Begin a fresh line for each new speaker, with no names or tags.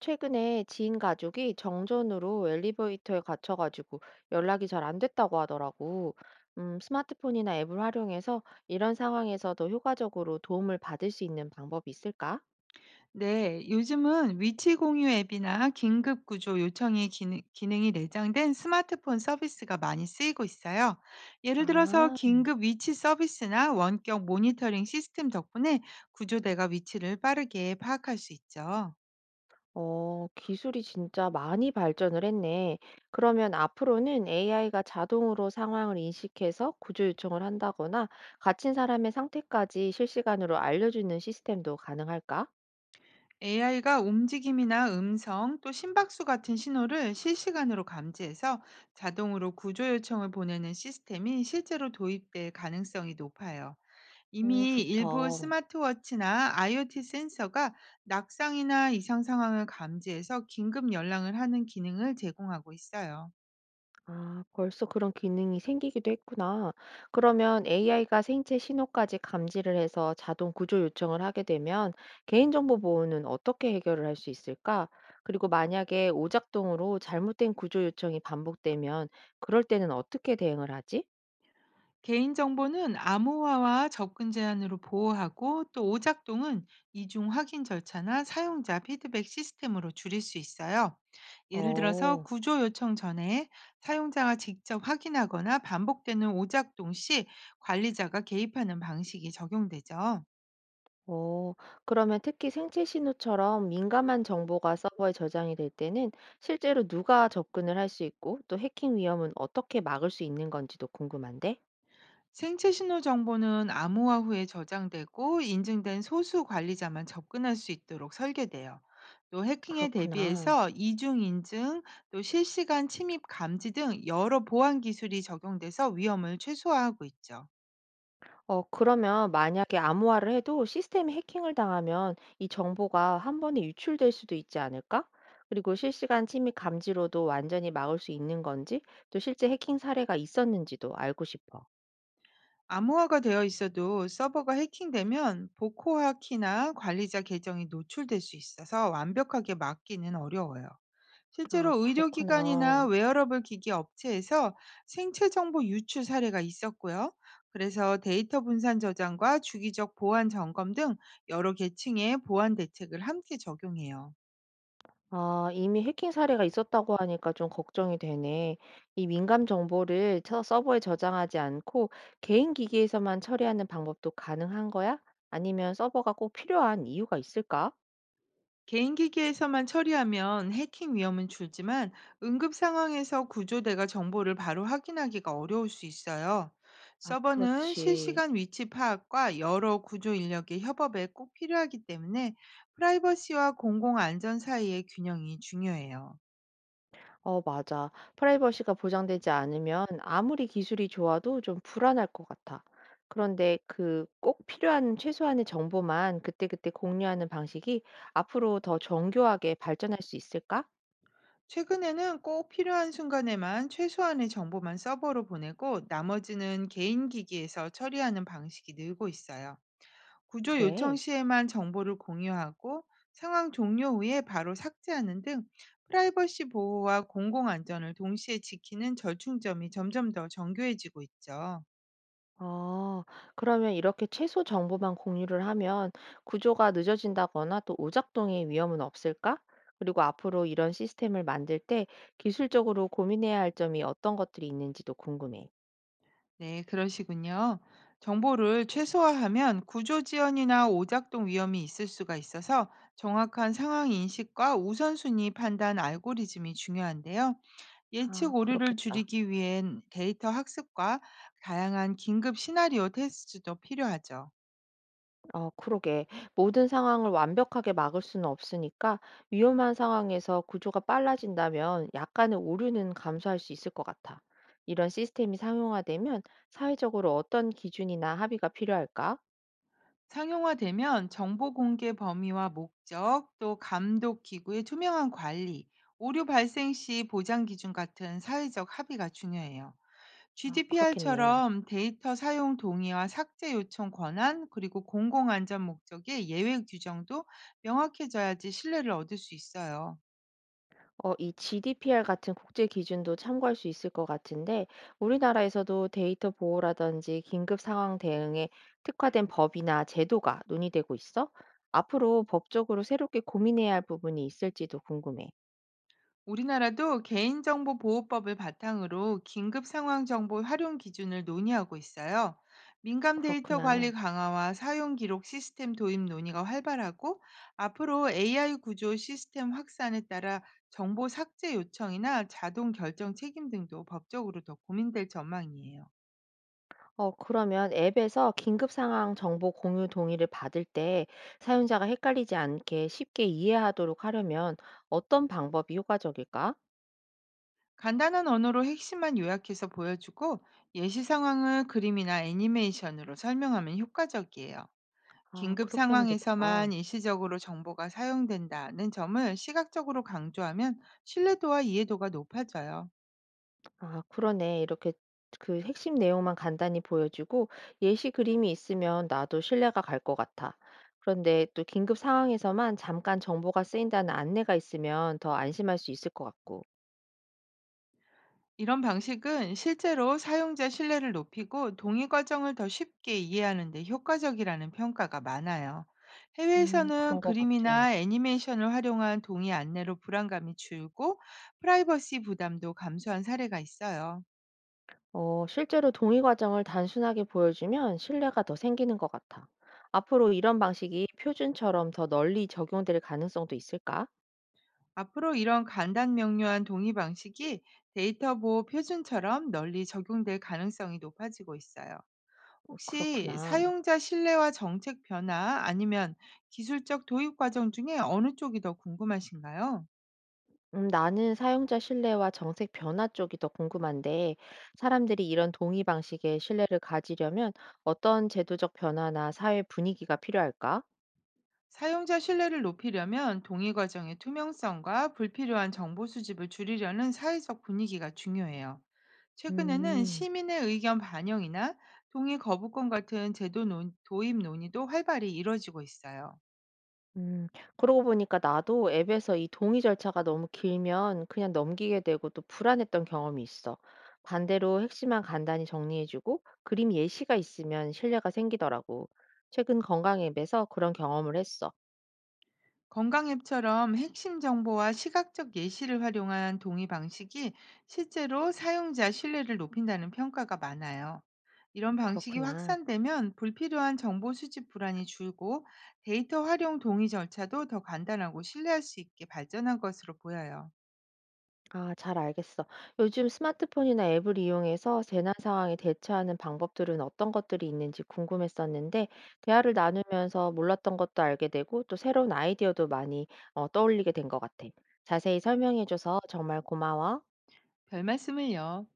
최근에 지인 가족이 정전으로 엘리베이터에 갇혀가지고 연락이 잘 안 됐다고 하더라고. 스마트폰이나 앱을 활용해서 이런 상황에서 더 효과적으로 도움을 받을 수 있는 방법이 있을까?
네, 요즘은 위치 공유 앱이나 긴급 구조 요청이 기능이 내장된 스마트폰 서비스가 많이 쓰이고 있어요. 예를 들어서
아,
긴급 위치 서비스나 원격 모니터링 시스템 덕분에 구조대가 위치를 빠르게 파악할 수 있죠.
어, 기술이 진짜 많이 발전을 했네. 그러면 앞으로는 AI가 자동으로 상황을 인식해서 구조 요청을 한다거나 갇힌 사람의 상태까지 실시간으로 알려주는 시스템도 가능할까?
AI가 움직임이나 음성, 또 심박수 같은 신호를 실시간으로 감지해서 자동으로 구조 요청을 보내는 시스템이 실제로 도입될 가능성이 높아요.
오
이미 일부
좋다.
스마트워치나 IoT 센서가 낙상이나 이상 상황을 감지해서 긴급 연락을 하는 기능을 제공하고 있어요.
아, 벌써 그런 기능이 생기기도 했구나. 그러면 AI가 생체 신호까지 감지를 해서 자동 구조 요청을 하게 되면 개인정보 보호는 어떻게 해결을 할 수 있을까? 그리고 만약에 오작동으로 잘못된 구조 요청이 반복되면 그럴 때는 어떻게 대응을 하지?
개인정보는 암호화와 접근 제한으로 보호하고, 또 오작동은 이중 확인 절차나 사용자 피드백 시스템으로 줄일 수 있어요. 예를 들어서
어,
구조 요청 전에 사용자가 직접 확인하거나, 반복되는 오작동 시 관리자가 개입하는 방식이 적용되죠.
어, 그러면 특히 생체 신호처럼 민감한 정보가 서버에 저장이 될 때는 실제로 누가 접근을 할 수 있고 또 해킹 위험은 어떻게 막을 수 있는 건지도 궁금한데?
생체 신호 정보는 암호화 후에 저장되고, 인증된 소수 관리자만 접근할 수 있도록 설계돼요. 또 해킹에
그렇구나.
대비해서 이중 인증, 또 실시간 침입 감지 등 여러 보안 기술이 적용돼서 위험을 최소화하고 있죠.
어, 그러면 만약에 암호화를 해도 시스템이 해킹을 당하면 이 정보가 한 번에 유출될 수도 있지 않을까? 그리고 실시간 침입 감지로도 완전히 막을 수 있는 건지, 또 실제 해킹 사례가 있었는지도 알고 싶어.
암호화가 되어 있어도 서버가 해킹되면 보코화 키나 관리자 계정이 노출될 수 있어서 완벽하게 막기는 어려워요.
아,
실제로 의료기관이나
그렇구나.
웨어러블 기기 업체에서 생체 정보 유출 사례가 있었고요. 그래서 데이터 분산 저장과 주기적 보안 점검 등 여러 계층의 보안 대책을 함께 적용해요.
아, 이미 해킹 사례가 있었다고 하니까 좀 걱정이 되네. 이 민감 정보를 저 서버에 저장하지 않고 개인 기기에서만 처리하는 방법도 가능한 거야? 아니면 서버가 꼭 필요한 이유가 있을까?
개인 기기에서만 처리하면 해킹 위험은 줄지만, 응급 상황에서 구조대가 정보를 바로 확인하기가 어려울 수 있어요.
아,
서버는
그렇지.
실시간 위치 파악과 여러 구조 인력의 협업에 꼭 필요하기 때문에, 프라이버시와 공공 안전 사이의 균형이 중요해요.
어, 맞아. 프라이버시가 보장되지 않으면 아무리 기술이 좋아도 좀 불안할 것 같아. 그런데 그 꼭 필요한 최소한의 정보만 그때그때 공유하는 방식이 앞으로 더 정교하게 발전할 수 있을까?
최근에는 꼭 필요한 순간에만 최소한의 정보만 서버로 보내고, 나머지는 개인 기기에서 처리하는 방식이 늘고 있어요. 구조 요청
그래.
시에만 정보를 공유하고 상황 종료 후에 바로 삭제하는 등, 프라이버시 보호와 공공 안전을 동시에 지키는 절충점이 점점 더 정교해지고 있죠.
아, 그러면 이렇게 최소 정보만 공유를 하면 구조가 늦어진다거나 또 오작동의 위험은 없을까? 그리고 앞으로 이런 시스템을 만들 때 기술적으로 고민해야 할 점이 어떤 것들이 있는지도 궁금해.
네, 그러시군요. 정보를 최소화하면 구조 지연이나 오작동 위험이 있을 수가 있어서, 정확한 상황 인식과 우선순위 판단 알고리즘이 중요한데요.
아,
예측 오류를
그렇겠다.
줄이기 위한 데이터 학습과 다양한 긴급 시나리오 테스트도 필요하죠.
어, 그러게. 모든 상황을 완벽하게 막을 수는 없으니까 위험한 상황에서 구조가 빨라진다면 약간의 오류는 감소할 수 있을 것 같아. 이런 시스템이 상용화되면 사회적으로 어떤 기준이나 합의가 필요할까?
상용화되면 정보 공개 범위와 목적, 또 감독 기구의 투명한 관리, 오류 발생 시 보장 기준 같은 사회적 합의가 중요해요.
아, 그렇겠네.
GDPR처럼 데이터 사용 동의와 삭제 요청 권한, 그리고 공공안전 목적의 예외 규정도 명확해져야지 신뢰를 얻을 수 있어요.
어, 이 GDPR 같은 국제 기준도 참고할 수 있을 것 같은데 우리나라에서도 데이터 보호라든지 긴급 상황 대응에 특화된 법이나 제도가 논의되고 있어? 앞으로 법적으로 새롭게 고민해야 할 부분이 있을지도 궁금해.
우리나라도 개인정보보호법을 바탕으로 긴급상황정보 활용 기준을 논의하고 있어요. 민감 데이터 관리
그렇구나.
강화와 사용 기록 시스템 도입 논의가 활발하고, 앞으로 AI 구조 시스템 확산에 따라 정보 삭제 요청이나 자동 결정 책임 등도 법적으로 더 고민될 전망이에요.
어, 그러면 앱에서 긴급 상황 정보 공유 동의를 받을 때 사용자가 헷갈리지 않게 쉽게 이해하도록 하려면 어떤 방법이 효과적일까?
간단한 언어로 핵심만 요약해서 보여주고, 예시 상황을 그림이나 애니메이션으로 설명하면 효과적이에요.
아,
긴급
그렇게 하면
상황에서만
되겠다.
일시적으로 정보가 사용된다는 점을 시각적으로 강조하면 신뢰도와 이해도가 높아져요.
아, 그러네. 이렇게 그 핵심 내용만 간단히 보여주고 예시 그림이 있으면 나도 신뢰가 갈 것 같아. 그런데 또 긴급 상황에서만 잠깐 정보가 쓰인다는 안내가 있으면 더 안심할 수 있을 것 같고.
이런 방식은 실제로 사용자 신뢰를 높이고 동의 과정을 더 쉽게 이해하는 데 효과적이라는 평가가 많아요. 해외에서는
그런 것 같아.
그림이나 애니메이션을 활용한 동의 안내로 불안감이 줄고, 프라이버시 부담도 감소한 사례가 있어요.
어, 실제로 동의 과정을 단순하게 보여주면 신뢰가 더 생기는 것 같아. 앞으로 이런 방식이 표준처럼 더 널리 적용될 가능성도 있을까?
앞으로 이런 간단 명료한 동의 방식이 데이터 보호 표준처럼 널리 적용될 가능성이 높아지고 있어요. 혹시
그렇구나.
사용자 신뢰와 정책 변화, 아니면 기술적 도입 과정 중에 어느 쪽이 더 궁금하신가요?
나는 사용자 신뢰와 정책 변화 쪽이 더 궁금한데, 사람들이 이런 동의 방식에 신뢰를 가지려면 어떤 제도적 변화나 사회 분위기가 필요할까?
사용자 신뢰를 높이려면 동의 과정의 투명성과 불필요한 정보 수집을 줄이려는 사회적 분위기가 중요해요. 최근에는
음.
시민의 의견 반영이나 동의 거부권 같은 제도 도입 논의도 활발히 이뤄지고 있어요.
음. 그러고 보니까 나도 앱에서 이 동의 절차가 너무 길면 그냥 넘기게 되고 또 불안했던 경험이 있어. 반대로 핵심만 간단히 정리해주고 그림 예시가 있으면 신뢰가 생기더라고. 최근 건강 앱에서 그런 경험을 했어.
건강앱처럼 핵심 정보와 시각적 예시를 활용한 동의 방식이 실제로 사용자 신뢰를 높인다는 평가가 많아요. 이런
어,
방식이
그렇구나.
확산되면 불필요한 정보 수집 불안이 줄고, 데이터 활용 동의 절차도 더 간단하고 신뢰할 수 있게 발전한 것으로 보여요.
아, 잘 알겠어. 요즘 스마트폰이나 앱을 이용해서 재난 상황에 대처하는 방법들은 어떤 것들이 있는지 궁금했었는데, 대화를 나누면서 몰랐던 것도 알게 되고, 또 새로운 아이디어도 많이 떠올리게 된 것 같아. 자세히 설명해줘서 정말 고마워.
별 말씀을요.